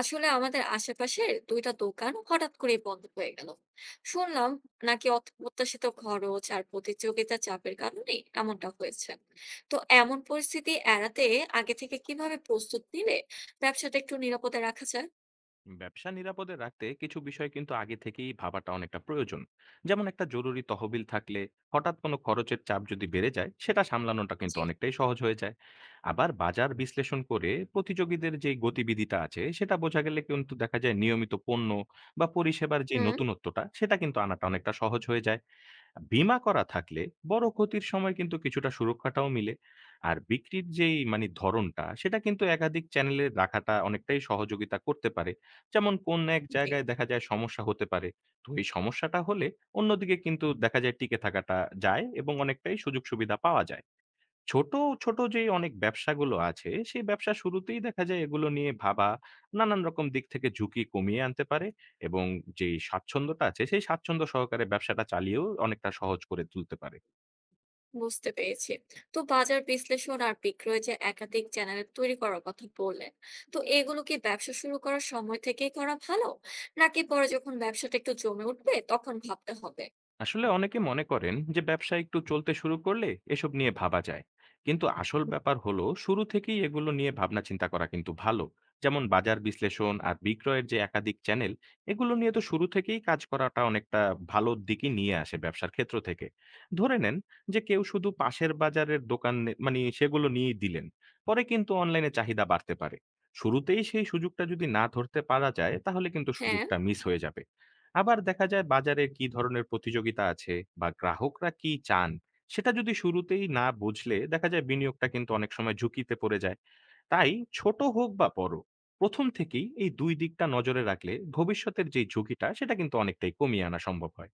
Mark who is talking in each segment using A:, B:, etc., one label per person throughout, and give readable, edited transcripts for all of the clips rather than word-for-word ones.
A: আসলে আমাদের আশেপাশের দুইটা দোকান হঠাৎ করে বন্ধ হয়ে গেল। শুনলাম নাকি অপ্রত্যাশিত খরচ আর প্রতিযোগিতার চাপের কারণে এমনটা হয়েছে। তো এমন পরিস্থিতি এড়াতে আগে থেকে কিভাবে প্রস্তুত নিলে ব্যবসাটা একটু নিরাপদে রাখা যায়?
B: ব্যবসা নিরাপদে রাখতে কিছু বিষয় কিন্তু আগে থেকেই ভাবাটা অনেকটা প্রয়োজন। যেমন একটা জরুরি তহবিল থাকলে হঠাৎ কোনো খরচের চাপ যদি বেড়ে যায়, সেটা সামলানোটা কিন্তু
A: জি।
B: অনেকটাই সহজ হয়ে যায়। আবার বাজার বিশ্লেষণ করে প্রতিযোগীদের যে গতিবিধিটা আছে সেটা বোঝা গেলে কিন্তু দেখা যায় নিয়মিত পণ্য বা পরিষেবার যে
A: হুম।
B: নতুনত্বটা, সেটা কিন্তু আনাটা অনেকটা সহজ হয়ে যায়। বীমা করা থাকলে বড় ক্ষতির সময় কিন্তু কিছুটা সুরক্ষাটাও মিলে। আর বিক্রির যেই ধরনটা, সেটা কিন্তু একাধিক চ্যানেলে রাখাটা অনেকটাই সহযোগিতা করতে পারে। যেমন কোন এক
A: জি।
B: জায়গায় দেখা যায় সমস্যা হতে পারে। তো এই সমস্যাটা হলে অন্যদিকে কিন্তু দেখা যায় টিকে থাকাটা যায় এবং অনেকটাই সুযোগ সুবিধা পাওয়া যায়। ছোট, ছোট যেই অনেক ব্যবসাগুলো আছে, সেই ব্যবসা শুরুতেই দেখা যায় এগুলো নিয়ে ভাবা নানান রকম দিক থেকে ঝুঁকি কমিয়ে আনতে পারে এবং যেই স্বাচ্ছন্দ্যটা আছে, সেই স্বাচ্ছন্দ্য সহকারে ব্যবসাটা চালিয়েও অনেকটা সহজ করে তুলতে পারে।
A: বুঝতে পেরেছি। তো বাজার বিশ্লেষণ আর বিক্রয় যে একাধিক চ্যানেল তৈরি করার কথা বললেন, তো এগুলো কি ব্যবসা শুরু করার সময় থেকেই করা ভালো, নাকি পরে যখন ব্যবসাটা একটু জমে উঠবে তখন ভাবতে হবে?
B: আসলে অনেকে মনে করেন যে ব্যবসা একটু চলতে শুরু করলে এসব নিয়ে ভাবা যায়। কিন্তু আসল ব্যাপার হলো, শুরু থেকেই এগুলো নিয়ে ভাবনা চিন্তা করা কিন্তু ভালো। যেমন বাজার বিশ্লেষণ আর বিক্রয়ের যে একাধিক চ্যানেল, এগুলো নিয়ে তো শুরু থেকেই কাজ করাটা অনেকটা ভালো দিকে নিয়ে আসে ব্যবসার ক্ষেত্র থেকে। ধরে নেন যে কেউ শুধু পাশের বাজারের দোকান নে- মানে সেগুলো নিয়েই দিলেন, পরে কিন্তু অনলাইনে চাহিদা বাড়তে পারে। শুরুতেই সেই সুযোগটা যদি না ধরতে পারা যায়, তাহলে কিন্তু
A: হ্যাঁ।
B: সুযোগটা মিস হয়ে যাবে। আবার দেখা যায় বাজারে কি ধরনের প্রতিযোগিতা আছে বা গ্রাহকরা কি চান, সেটা যদি শুরুতেই না বুঝলে দেখা যায় বিনিয়োগটা কিন্তু অনেক সময় ঝুঁকিতে পড়ে যায়। তাই ছোট হোক বা বড়, প্রথম থেকেই এই দুই দিকটা নজরে রাখলে ভবিষ্যতের যে ঝুঁকিটা, সেটা কিন্তু অনেকটাই কমিয়ে আনা সম্ভব হয়।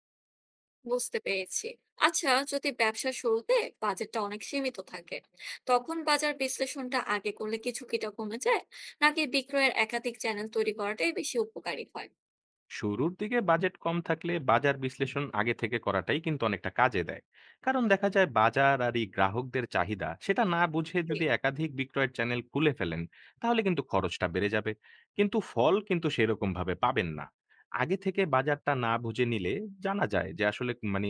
A: বুঝতে পেরেছি। আচ্ছা, যদি ব্যবসার শুরুতে বাজেটটা অনেক সীমিত থাকে, তখন বাজার বিশ্লেষণটা আগে করলে কি ঝুঁকিটা কমে যায়, নাকি বিক্রয়ের একাধিক চ্যানেল তৈরি করাটাই বেশি উপকারী হয়?
B: শুরুর দিকে বাজেট কম থাকলে বাজার বিশ্লেষণ আগে থেকে করাটাই কিন্তু অনেকটা কাজে দেয়। কারণ দেখা যায় বাজার আর এই গ্রাহকদের চাহিদা, সেটা না বুঝে
A: জি।
B: যদি একাধিক বিক্রয়ের চ্যানেল খুলে ফেলেন, তাহলে কিন্তু খরচটা বেড়ে যাবে, কিন্তু ফল কিন্তু সেরকম ভাবে পাবেন না। আগে থেকে বাজারটা না বুঝে নিলে জানা যায় যে আসলে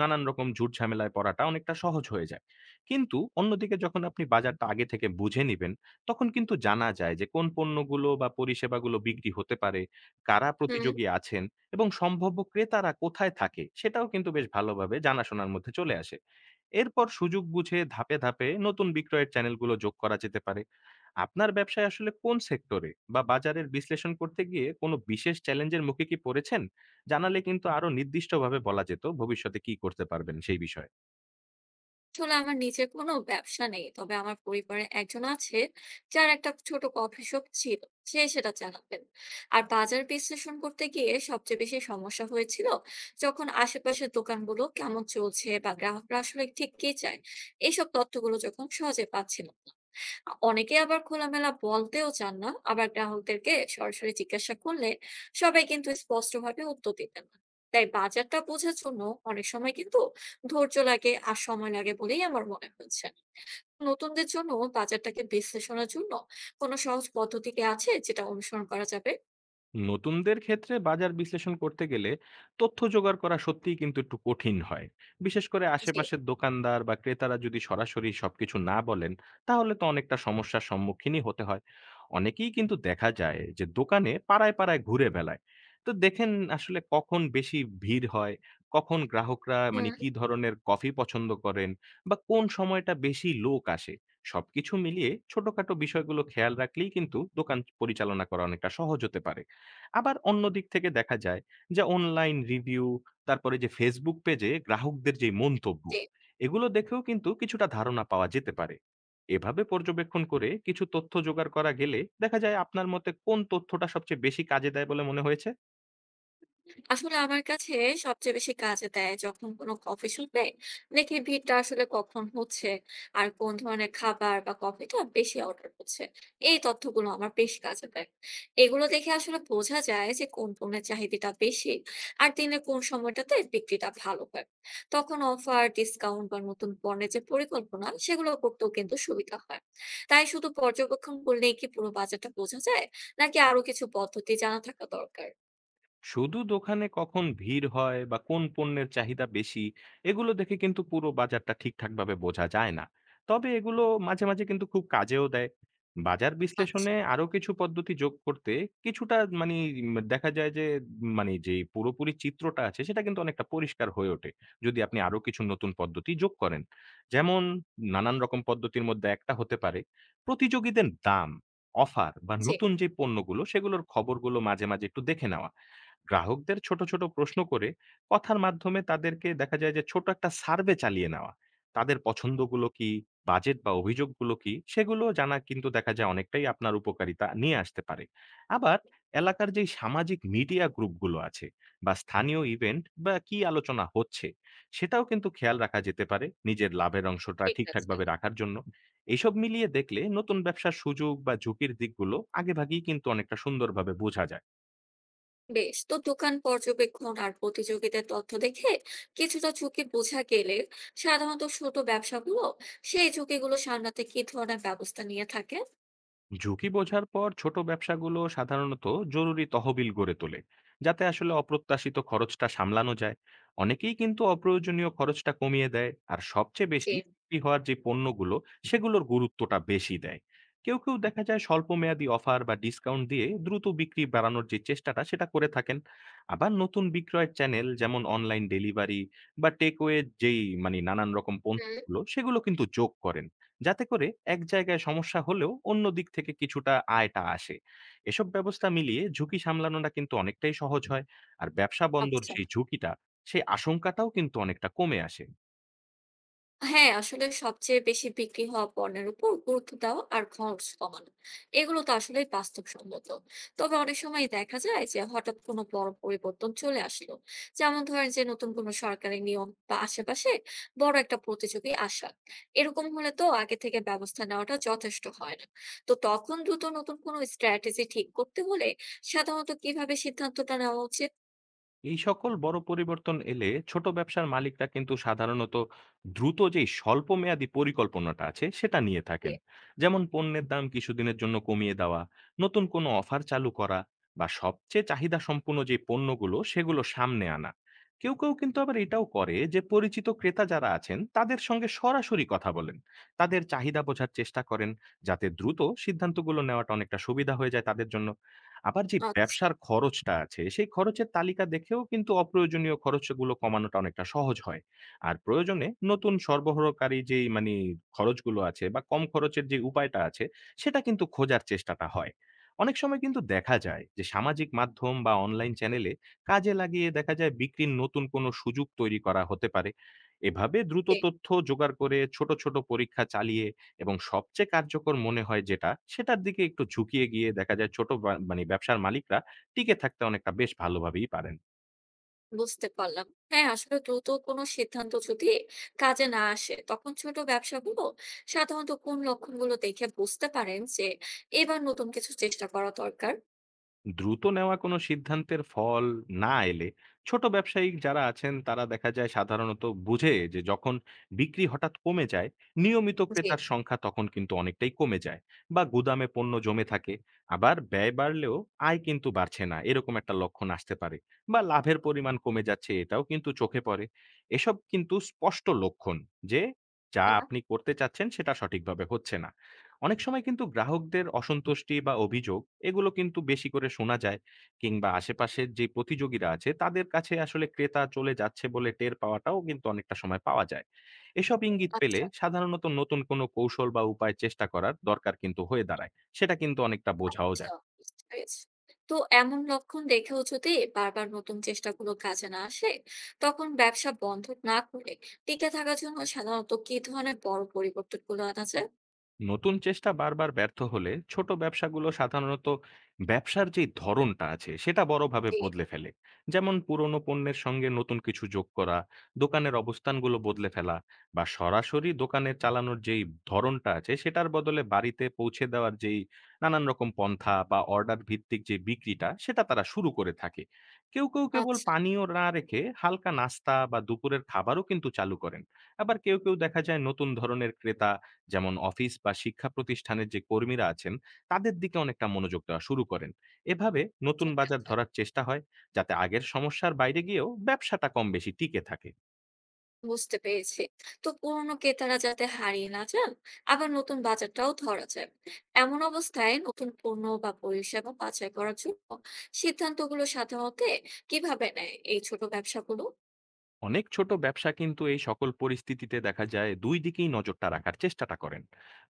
B: নানান রকম ঝুট ঝামেলায় পড়াটা অনেকটা সহজ হয়ে যায়। কিন্তু অন্যদিকে যখন আপনি বাজারটা আগে থেকে বুঝে নিবেন, তখন কিন্তু জানা যায় যে কোন পণ্যগুলো বা পরিষেবাগুলো বিক্রি হতে পারে, কারা
A: হুম।
B: প্রতিযোগী আছেন এবং সম্ভাব্য ক্রেতারা কোথায় থাকে, সেটাও কিন্তু বেশ ভালোভাবে জানাশোনার মধ্যে চলে আসে। এরপর সুযোগ বুঝে ধাপে ধাপে নতুন বিক্রয়ের চ্যানেলগুলো যোগ করা যেতে পারে। আপনার ব্যবসায় আসলে কোন সেক্টরে বা বাজারের বিশ্লেষণ করতে গিয়ে কোনো বিশেষ চ্যালেঞ্জের মুখে কি পড়েছেন? জানালে কিন্তু আরো নির্দিষ্টভাবে বলা যেত ভবিষ্যতে কি করতে পারবেন সেই বিষয়ে।
A: আসলে আমার নিজের কোনো ব্যবসা নেই। তবে আমার পরিবারে একজন আছে, যার একটা ছোট কফি শপ ছিল। সে সেটা চালাতেন। আর বাজার বিশ্লেষণ করতে গিয়ে সবচেয়ে বেশি সমস্যা হয়েছিল যখন আশেপাশের দোকানগুলো কেমন চলছে বা গ্রাহকরা আসলে ঠিক কি চায়, এইসব তথ্যগুলো যখন সহজে পাচ্ছিল না। অনেকে আবার খোলামেলা বলতেও চান না, আবার গ্রাহকদেরকে সরাসরি জিজ্ঞাসা করলে সবাই কিন্তু স্পষ্টভাবে উত্তর দিতেন না। তাই বাজারটা বোঝার জন্য অনেক সময় কিন্তু ধৈর্য লাগে আর সময় লাগে বলেই আমার মনে হচ্ছে। নতুনদের জন্য বাজারটাকে বিশ্লেষণের জন্য কোনো সহজ পদ্ধতি কি আছে যেটা অনুসরণ করা যাবে?
B: নতুনদের ক্ষেত্রে বাজার বিশ্লেষণ করতে গেলে তথ্য জোগাড় করা সত্যিই কিন্তু একটু কঠিন হয়। বিশেষ করে
A: জি।
B: আশেপাশের দোকানদার বা ক্রেতারা যদি সরাসরি সবকিছু না বলেন, তাহলে তো অনেকটা সমস্যার সম্মুখীনই হতে হয়। অনেকেই কিন্তু দেখা যায় যে দোকানে পাড়ায় পাড়ায় ঘুরে বেড়ায়। তো দেখেন আসলে কখন বেশি ভিড় হয়, কখন গ্রাহকরা
A: হুম।
B: কি ধরনের কফি পছন্দ করেন, বা কোন সময়টা বেশি লোক আসে। সবকিছু মিলিয়ে ছোটখাটো বিষয়গুলো খেয়াল রাখলেই কিন্তু দোকান পরিচালনা করা অনেকটা সহজ হতে পারে। আবার অন্য দিক থেকে দেখা যায় যে অনলাইন রিভিউ, তারপরে যে Facebook পেজে গ্রাহকদের যে মন্তব্য,
A: জি।
B: এগুলো দেখেও কিন্তু কিছুটা ধারণা পাওয়া যেতে পারে। এভাবে পর্যবেক্ষণ করে কিছু তথ্য জোগাড় করা গেলে দেখা যায়, আপনার মতে কোন তথ্যটা সবচেয়ে বেশি কাজে দেয় বলে মনে হয়েছে?
A: আসলে আমার কাছে সবচেয়ে বেশি কাজে দেয় যখন কোনো কফি শপে দেখি ভিড়টা আসলে কখন হচ্ছে, আর কোন ধরনের খাবার বা কফিটা বেশি অর্ডার হচ্ছে। এই তথ্যগুলো আমার বেশ কাজে দেয়। এগুলো দেখে আসলে বোঝা যায় যে কোন পণ্যের চাহিদাটা বেশি, আর দিনে কোন সময়টাতে বিক্রিটা ভালো হয়। তখন অফার, ডিসকাউন্ট বা নতুন পণ্যের যে পরিকল্পনা সেগুলো করতেও কিন্তু সুবিধা হয়। তাই শুধু পর্যবেক্ষণ করলেই কি পুরো বাজারটা বোঝা যায়, নাকি আরো কিছু পদ্ধতি জানা থাকা দরকার?
B: শুধু দোকানে কখন ভিড় হয় বা কোন পণ্যের চাহিদা বেশি, এগুলো দেখে কিন্তু পুরো বাজারটা ঠিকঠাক ভাবে বোঝা যায় না। তবে এগুলো মাঝে মাঝে কিন্তু খুব কাজেও দেয়। বাজার
A: আচ্ছা।
B: বিশ্লেষণে আরো কিছু পদ্ধতি যোগ করতে কিছুটা দেখা যায় যে উম মানে যে পুরোপুরি চিত্রটা আছে, সেটা কিন্তু অনেকটা পরিষ্কার হয়ে ওঠে যদি আপনি আরো কিছু নতুন পদ্ধতি যোগ করেন। যেমন নানান রকম পদ্ধতির মধ্যে একটা হতে পারে প্রতিযোগীদের দাম, অফার বা
A: জি।
B: নতুন যে পণ্যগুলো সেগুলোর খবরগুলো মাঝে মাঝে একটু দেখে নেওয়া। গ্রাহকদের ছোট, ছোট প্রশ্ন করে কথার মাধ্যমে তাদেরকে দেখা যায় যে ছোট একটা সার্ভে চালিয়ে নেওয়া। তাদের পছন্দগুলো কি, বাজেট বা অভিযোগগুলো কি, সেগুলো জানা কিন্তু দেখা যায় অনেকটাই আপনার উপকারিতা নিয়ে আসতে পারে। আবার এলাকার যেই সামাজিক মিডিয়া গ্রুপগুলো আছে বা স্থানীয় ইভেন্ট বা কি আলোচনা হচ্ছে, সেটাও কিন্তু খেয়াল রাখা যেতে পারে নিজের লাভের অংশটা
A: ঠিক আছে।
B: ঠিকঠাকভাবে রাখার জন্য। এসব মিলিয়ে দেখলে নতুন ব্যবসার সুযোগ বা ঝুঁকির দিকগুলো আগেভাগেই কিন্তু অনেকটা সুন্দরভাবে বোঝা যায়।
A: বেশ। তো দোকান পর্যবেক্ষণ আর প্রতিযোগীদের তথ্য দেখে কিছুটা ঝুঁকি বোঝা গেলে সাধারণত ছোট ব্যবসাগুলো সেই ঝুঁকিগুলো সামলাতে কি ধরনের ব্যবস্থা নিয়ে থাকে?
B: ঝুঁকি বোঝার পর ছোট ব্যবসাগুলো সাধারণত জরুরি তহবিল গড়ে তোলে, যাতে আসলে অপ্রত্যাশিত খরচটা সামলানো যায়। অনেকেই কিন্তু অপ্রয়োজনীয় খরচটা কমিয়ে দেয় আর সবচেয়ে বেশি
A: জি।
B: বিক্রি হওয়ার যে পণ্যগুলো, সেগুলোর গুরুত্বটা বেশি দেয়। কেউ কেউ দেখা যায় স্বল্প মেয়াদী অফার বা ডিসকাউন্ট দিয়ে দ্রুত বিক্রি বাড়ানোর যে চেষ্টাটা, সেটা করে থাকেন। আবার নতুন বিক্রয়ের চ্যানেল যেমন অনলাইন ডেলিভারি বা টেকওয়ে, যেই নানান রকম
A: হুম।
B: পণ্যগুলো সেগুলো কিন্তু যোগ করেন, যাতে করে এক জায়গায় সমস্যা হলেও অন্য দিক থেকে কিছুটা আয়টা আসে। এসব ব্যবস্থা মিলিয়ে ঝুঁকি সামলানোটা কিন্তু অনেকটাই সহজ হয়। আর ব্যবসা বন্ধর
A: আচ্ছা।
B: যে ঝুঁকিটা, সেই আশঙ্কাটাও কিন্তু অনেকটা কমে আসে।
A: হ্যাঁ, আসলে সবচেয়ে বেশি বিক্রি হওয়া পণ্যের উপর গুরুত্ব দেওয়া আর খরচ কমানো, এগুলো তো আসলে বাস্তবসম্মত। তবে অনেক সময় দেখা যায় যে হঠাৎ কোনো বড় পরিবর্তন চলে আসলো, যেমন ধরেন যে নতুন কোনো সরকারি নিয়ম বা আশেপাশে বড় একটা প্রতিযোগী আসা। এরকম হলে তো আগে থেকে ব্যবস্থা নেওয়াটা যথেষ্ট হয় না। তো তখন দ্রুত নতুন কোনো স্ট্র্যাটেজি ঠিক করতে হলে সাধারণত কিভাবে সিদ্ধান্তটা নেওয়া উচিত?
B: এই সকল বড় পরিবর্তন এলে ছোট ব্যবসার মালিকরা কিন্তু সাধারণত দ্রুত যেই স্বল্প মেয়াদী পরিকল্পনাটা আছে, সেটা নিয়ে থাকেন। যেমন পণ্যের দাম কিছুদিনের জন্য কমিয়ে দেওয়া, নতুন কোনো অফার চালু করা, বা সবচেয়ে চাহিদা সম্পূর্ণ যে পণ্যগুলো সেগুলো সামনে আনা। কেউ কেউ কিন্তু আবার এটাও করে যে পরিচিত ক্রেতা যারা আছেন তাদের সঙ্গে সরাসরি কথা বলেন, তাদের চাহিদা বোঝার চেষ্টা করেন, যাতে দ্রুত সিদ্ধান্তগুলো নেওয়াটা অনেকটা সুবিধা হয়ে যায় তাদের জন্য। আবার যে
A: আচ্ছা।
B: ব্যবসার খরচটা আছে, সেই খরচের তালিকা দেখেও কিন্তু অপ্রয়োজনীয় খরচগুলো কমানোটা অনেকটা সহজ হয়। আর প্রয়োজনে নতুন সরবরাহকারী যেই খরচগুলো আছে বা কম খরচের যে উপায়টা আছে, সেটা কিন্তু খোঁজার চেষ্টাটা হয়। অনেক সময় কিন্তু দেখা যায় যে সামাজিক মাধ্যম বা অনলাইন চ্যানেলে কাজে লাগিয়ে দেখা যায় বিক্রির নতুন কোনো সুযোগ তৈরি করা হতে পারে। এভাবে দ্রুত
A: জি।
B: তথ্য জোগাড় করে ছোট, ছোট পরীক্ষা চালিয়ে এবং সবচেয়ে কার্যকর মনে হয় যেটা, সেটার দিকে একটু ঝুঁকিয়ে গিয়ে দেখা যায় ছোট বা ব্যবসার মালিকরা টিকে থাকতে অনেকটা বেশ ভালোভাবেই পারেন।
A: বুঝতে পারলাম। হ্যাঁ, আসলে দ্রুত কোনো সিদ্ধান্ত যদি কাজে না আসে, তখন ছোট ব্যবসাগুলো সাধারণত কোন লক্ষণগুলো দেখে বুঝতে পারেন যে এবার নতুন কিছু চেষ্টা করা দরকার?
B: দ্রুত নেওয়া কোনো সিদ্ধান্তের ফল না এলে ছোট ব্যবসায়ী যারা আছেন তারা দেখা যায় সাধারণত বুঝে, যে যখন বিক্রি হঠাৎ কমে যায়, নিয়মিত
A: জি।
B: ক্রেতার সংখ্যা তখন কিন্তু অনেকটাই কমে যায়, বা গুদামে পণ্য জমে থাকে। আবার ব্যয় বাড়লেও আয় কিন্তু বাড়ছে না, এরকম একটা লক্ষণ আসতে পারে। বা লাভের পরিমাণ কমে যাচ্ছে, এটাও কিন্তু চোখে পড়ে। এসব কিন্তু স্পষ্ট লক্ষণ যে যা
A: হ্যাঁ।
B: আপনি করতে চাচ্ছেন সেটা সঠিকভাবে হচ্ছে না। অনেক সময় কিন্তু গ্রাহকদের অসন্তুষ্টি বা অভিযোগ এগুলো কিন্তু বেশি করে শোনা যায়। কিংবা আশেপাশের যে প্রতিযোগীরা আছে তাদের কাছে আসলে ক্রেতা চলে যাচ্ছে বলে টের পাওয়াটাও কিন্তু অনেকটা সময় পাওয়া যায়। এসব ইঙ্গিত পেলে
A: আচ্ছা,
B: সাধারণত নতুন কোনো কৌশল বা উপায় চেষ্টা করার দরকার কিন্তু হয়ে দাঁড়ায়, সেটা কিন্তু অনেকটা বোঝাও
A: আচ্ছা,
B: যায়।
A: বুঝতে পেরেছি। তো এমন লক্ষণ দেখেও যদি বারবার নতুন চেষ্টাগুলো কাজে না আসে, তখন ব্যবসা বন্ধ না করে টিকে থাকার জন্য সাধারণত কি ধরনের বড় পরিবর্তনগুলো আনা যায়?
B: নতুন চেষ্টা বারবার ব্যর্থ হলে ছোট ব্যবসাগুলো সাধারণত ব্যবসার যে ধরনটা আছে সেটা বড়ভাবে
A: জি।
B: বদলে ফেলে। যেমন পুরনো পণ্যের সঙ্গে নতুন কিছু যোগ করা, দোকানের অবস্থানগুলো বদলে ফেলা, বা সরাসরি দোকানে চালানোর যেই ধরনটা আছে সেটার বদলে বাড়িতে পৌঁছে দেওয়ার যেই নানান রকম পন্থা বা অর্ডার ভিত্তিক যে বিক্রিটা, সেটা তারা শুরু করে থাকে। কেউ কেউ কেবল
A: আচ্ছা,
B: পানীয় না রেখে হালকা নাস্তা বা দুপুরের খাবারও কিন্তু চালু করেন। আবার কেউ কেউ দেখা যায় নতুন ধরনের ক্রেতা, যেমন অফিস বা শিক্ষা প্রতিষ্ঠানের যে কর্মীরা আছেন, তাদের দিকে অনেকটা মনোযোগ দেওয়া শুরু করেন। এভাবে নতুন
A: ঠিক
B: বাজার
A: আছে।
B: ধরার চেষ্টা হয়, যাতে আগের সমস্যার বাইরে গিয়েও ব্যবসাটা কম বেশি টিকে থাকে।
A: বুঝতে পেরেছি। তো পুরনো ক্রেতারা যাতে হারিয়ে না যান, আবার নতুন বাজারটাও ধরা যায়। এমন অবস্থায় নতুন পণ্য বা পরিষেবা বাছাই করার জন্য সিদ্ধান্তগুলো সাধারণত কিভাবে নেয় এই ছোট ব্যবসাগুলো?
B: অনেক ছোট ব্যবসা কিন্তু এই সকল পরিস্থিতিতে দেখা যায় দুই দিকেই নজরটা রাখার চেষ্টাটা করেন।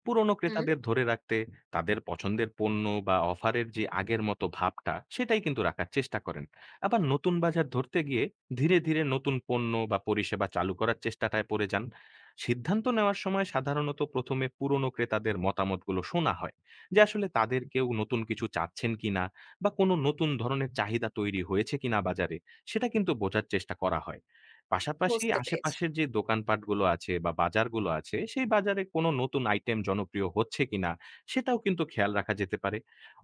B: পুরনো
A: হুম।
B: ক্রেতাদের ধরে রাখতে তাদের পছন্দের পণ্য বা অফারের যে আগের মতো ভাবটা, সেটাই কিন্তু রাখার চেষ্টা করেন। আবার নতুন বাজার ধরতে গিয়ে ধীরে ধীরে নতুন পণ্য বা পরিষেবা চালু করার চেষ্টাটায় পড়ে যান। সিদ্ধান্ত নেওয়ার সময় সাধারণত প্রথমে পুরনো ক্রেতাদের মতামতগুলো শোনা হয়, যে আসলে তাদের কেউ নতুন কিছু চাচ্ছেন কিনা, বা কোনো নতুন ধরনের চাহিদা তৈরি হয়েছে কিনা বাজারে, সেটা কিন্তু বোঝার চেষ্টা করা হয়। পাশাপাশি
A: বুঝতে পেরেছি।
B: আশেপাশের যে দোকানপাটগুলো আছে বা বাজারগুলো আছে, সেই বাজারে কোনো নতুন আইটেম জনপ্রিয় হচ্ছে কিনা, সেটাও কিন্তু খেয়াল রাখা যেতে পারে।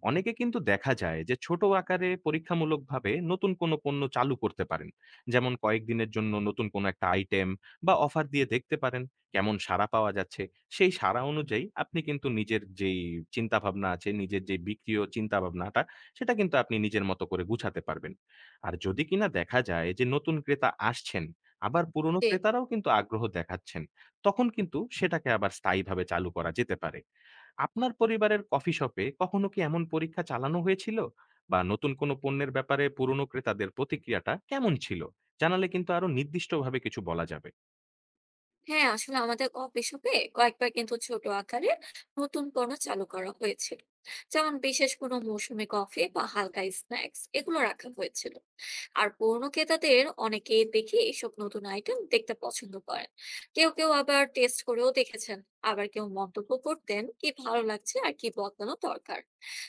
B: অনেকে কিন্তু দেখা যায় যে ছোট আকারে পরীক্ষামূলকভাবে নতুন কোনো পণ্য চালু করতে পারেন। যেমন কয়েকদিনের জন্য নতুন কোনো একটা আইটেম বা অফার দিয়ে দেখতে পারেন কেমন সাড়া পাওয়া যাচ্ছে। সেই সাড়া অনুযায়ী আপনি কিন্তু নিজের যেই চিন্তাভাবনা আছে, নিজের যে বিক্রিয় চিন্তাভাবনাটা, সেটা কিন্তু আপনি নিজের মতো করে গুছাতে পারবেন। আর যদি কিনা দেখা যায় যে নতুন ক্রেতা আসছেন, আবার পুরনো
A: জি।
B: ক্রেতারাও কিন্তু আগ্রহ দেখাচ্ছেন, তখন কিন্তু সেটাকে আবার স্থায়ীভাবে চালু করা যেতে পারে। আপনার পরিবারের কফি শপে কখনো কি এমন পরীক্ষা চালানো হয়েছিল? বা নতুন কোনো পণ্যের ব্যাপারে পুরনো ক্রেতাদের প্রতিক্রিয়াটা কেমন ছিল? জানালে কিন্তু আরো নির্দিষ্টভাবে কিছু বলা যাবে।
A: হ্যাঁ, আসলে আমাদের কফি শপে কয়েকবার কিন্তু ছোট আকারে নতুন পণ্য চালু করা হয়েছিল। যেমন বিশেষ কোনো মৌসুমী কফি বা হালকা স্ন্যাক্স, এগুলো রাখা হয়েছিল। আর পুরনো ক্রেতাদের অনেকেই দেখি এসব নতুন আইটেম দেখতে পছন্দ করেন। কেউ কেউ আবার টেস্ট করেও দেখেছেন, আবার কেউ মন্তব্য করতেন কি ভালো লাগছে আর কি বদলানো দরকার।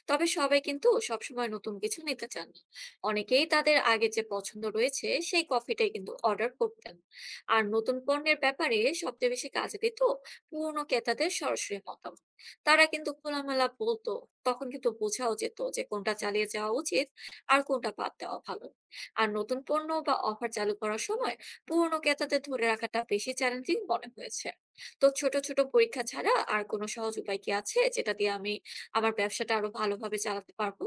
A: তবে সবাই কিন্তু সবসময় নতুন কিছু নিতে চান না। অনেকেই তাদের আগে যে পছন্দ রয়েছে সেই কফিটাই কিন্তু অর্ডার করতেন। আর নতুন পণ্যের ব্যাপারে সবচেয়ে বেশি কাজে দিত পুরনো ক্রেতাদের সরাসরি মতামত। তারা কিন্তু খোলামেলা বলতো, তখন কিন্তু বোঝাও যেত যে কোনটা চালিয়ে যাওয়া উচিত আর কোনটা বাদ দেওয়া ভালো। আর নতুন পণ্য বা অফার চালু করার সময় পুরনো ক্রেতাদের ধরে রাখাটা বেশি চ্যালেঞ্জিং মনে হয়েছে। তো ছোট ছোট পরীক্ষা ছাড়া আর কোনো সহজ উপায় কি আছে যেটা দিয়ে আমি আমার ব্যবসাটা আরো ভালোভাবে চালাতে পারবো?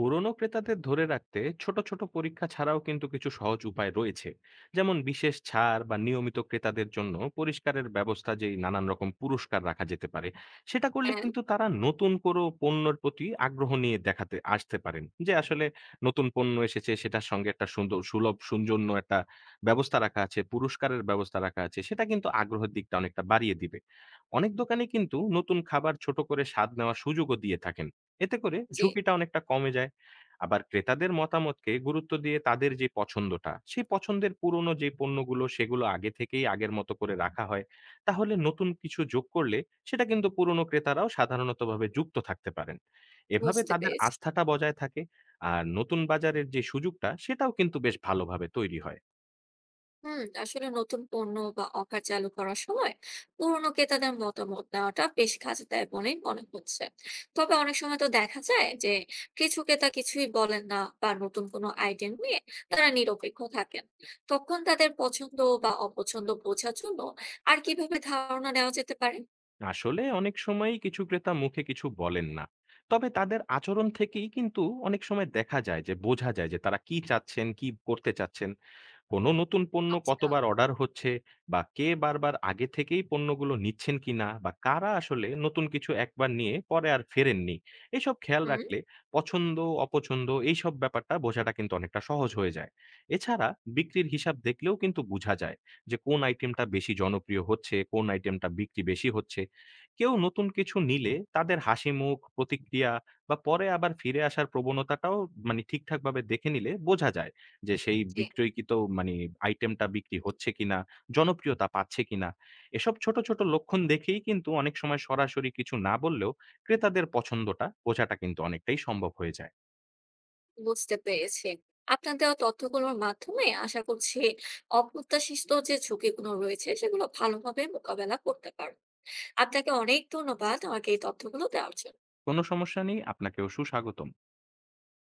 B: পুরনো ক্রেতাদের ধরে রাখতে ছোট ছোট পরীক্ষা ছাড়াও কিন্তু কিছু সহজ উপায় রয়েছে। যেমন বিশেষ ছাড় বা নিয়মিত ক্রেতাদের জন্য পরিষ্কারের ব্যবস্থা, যেই নানান রকম পুরস্কার রাখা যেতে পারে। সেটা করলে
A: হ্যাঁ।
B: কিন্তু তারা নতুন কোনো পণ্যের প্রতি আগ্রহ নিয়ে দেখাতে আসতে পারেন, যে আসলে নতুন পণ্য এসেছে, সেটার সঙ্গে একটা সুন্দর সুলভ সৌজন্য একটা ব্যবস্থা রাখা আছে, পুরস্কারের ব্যবস্থা রাখা আছে, সেটা কিন্তু আগ্রহের দিকটা অনেকটা বাড়িয়ে দিবে। অনেক দোকানে কিন্তু নতুন খাবার ছোট করে স্বাদ নেওয়ার সুযোগও দিয়ে থাকেন, এতে করে
A: জি।
B: ঝুঁকিটা অনেকটা কমে যায়। আবার ক্রেতাদের মতামতকে গুরুত্ব দিয়ে তাদের যে পছন্দটা, সেই পছন্দের পুরনো যে পণ্যগুলো সেগুলো আগে থেকেই আগের মতো করে রাখা হয়। তাহলে নতুন কিছু যোগ করলে সেটা কিন্তু পুরনো ক্রেতারাও সাধারণতভাবে যুক্ত থাকতে পারেন। এভাবে
A: বুঝতে
B: তাদের
A: পেরেছি।
B: আস্থাটা বজায় থাকে। আর নতুন বাজারের যে সুযোগটা, সেটাও কিন্তু বেশ ভালোভাবে তৈরি হয়।
A: হুম, আসলে নতুন পণ্য বা অফার চালু করার সময় পুরনো ক্রেতাদের মতামত নেওয়াটা বেশ কাজে দেয় বলেই মনে হচ্ছে। তবে অনেক সময় তো দেখা যায় যে কিছু ক্রেতা কিছুই বলেন না, বা নতুন কোনো আইডিয়া নিয়ে তারা নিরপেক্ষ থাকেন। তখন তাদের পছন্দ বা অপছন্দ বোঝার জন্য আর কিভাবে ধারণা নেওয়া যেতে পারে?
B: আসলে অনেক সময়ই কিছু ক্রেতা মুখে কিছু বলেন না। তবে তাদের আচরণ থেকেই কিন্তু অনেক সময় দেখা যায় যে বোঝা যায় যে তারা কি চাচ্ছেন, কি করতে চাচ্ছেন। কোনো নতুন পণ্য
A: আচ্ছা।
B: কতবার অর্ডার হচ্ছে, বা কে বারবার আগে থেকেই পণ্যগুলো নিচ্ছেন কিনা, বা কারা আসলে নতুন কিছু একবার নিয়ে পরে আর ফেরেননি, এইসব খেয়াল
A: হুম।
B: রাখলে পছন্দ অপছন্দ এইসব ব্যাপারটা বোঝাটা কিন্তু অনেকটা সহজ হয়ে যায়। এছাড়া বিক্রির হিসাব দেখলেও কিন্তু বোঝা যায় যে কোন আইটেমটা বেশি জনপ্রিয় হচ্ছে, কোন আইটেমটা বিক্রি বেশি হচ্ছে। কেউ নতুন কিছু নিলে তাদের হাসি মুখ প্রতিক্রিয়া বা পরে আবার ফিরে আসার প্রবণতাটাও ঠিকঠাকভাবে দেখে নিলে বোঝা যায় যে সেই
A: জি।
B: বিক্রয়কৃত মানে আইটেমটা বিক্রি হচ্ছে কিনা, জনপ্রিয়তা পাচ্ছে কিনা। এসব ছোট, ছোট লক্ষণ দেখেই কিন্তু অনেক সময় সরাসরি কিছু না বললেও ক্রেতাদের পছন্দটা বোঝাটা কিন্তু অনেকটাই সম্ভব হয়ে যায়।
A: বুঝতে পেরেছি। আপনার দেওয়া তথ্যগুলোর মাধ্যমে আশা করছি অপ্রত্যাশিত যে ঝুঁকিগুলো রয়েছে সেগুলো ভালোভাবে মোকাবেলা করতে পারবো। আপনাকে অনেক ধন্যবাদ আমাকে এই তথ্যগুলো দেওয়ার জন্য।
B: কোনো সমস্যা নেই, আপনাকেও সুস্বাগতম।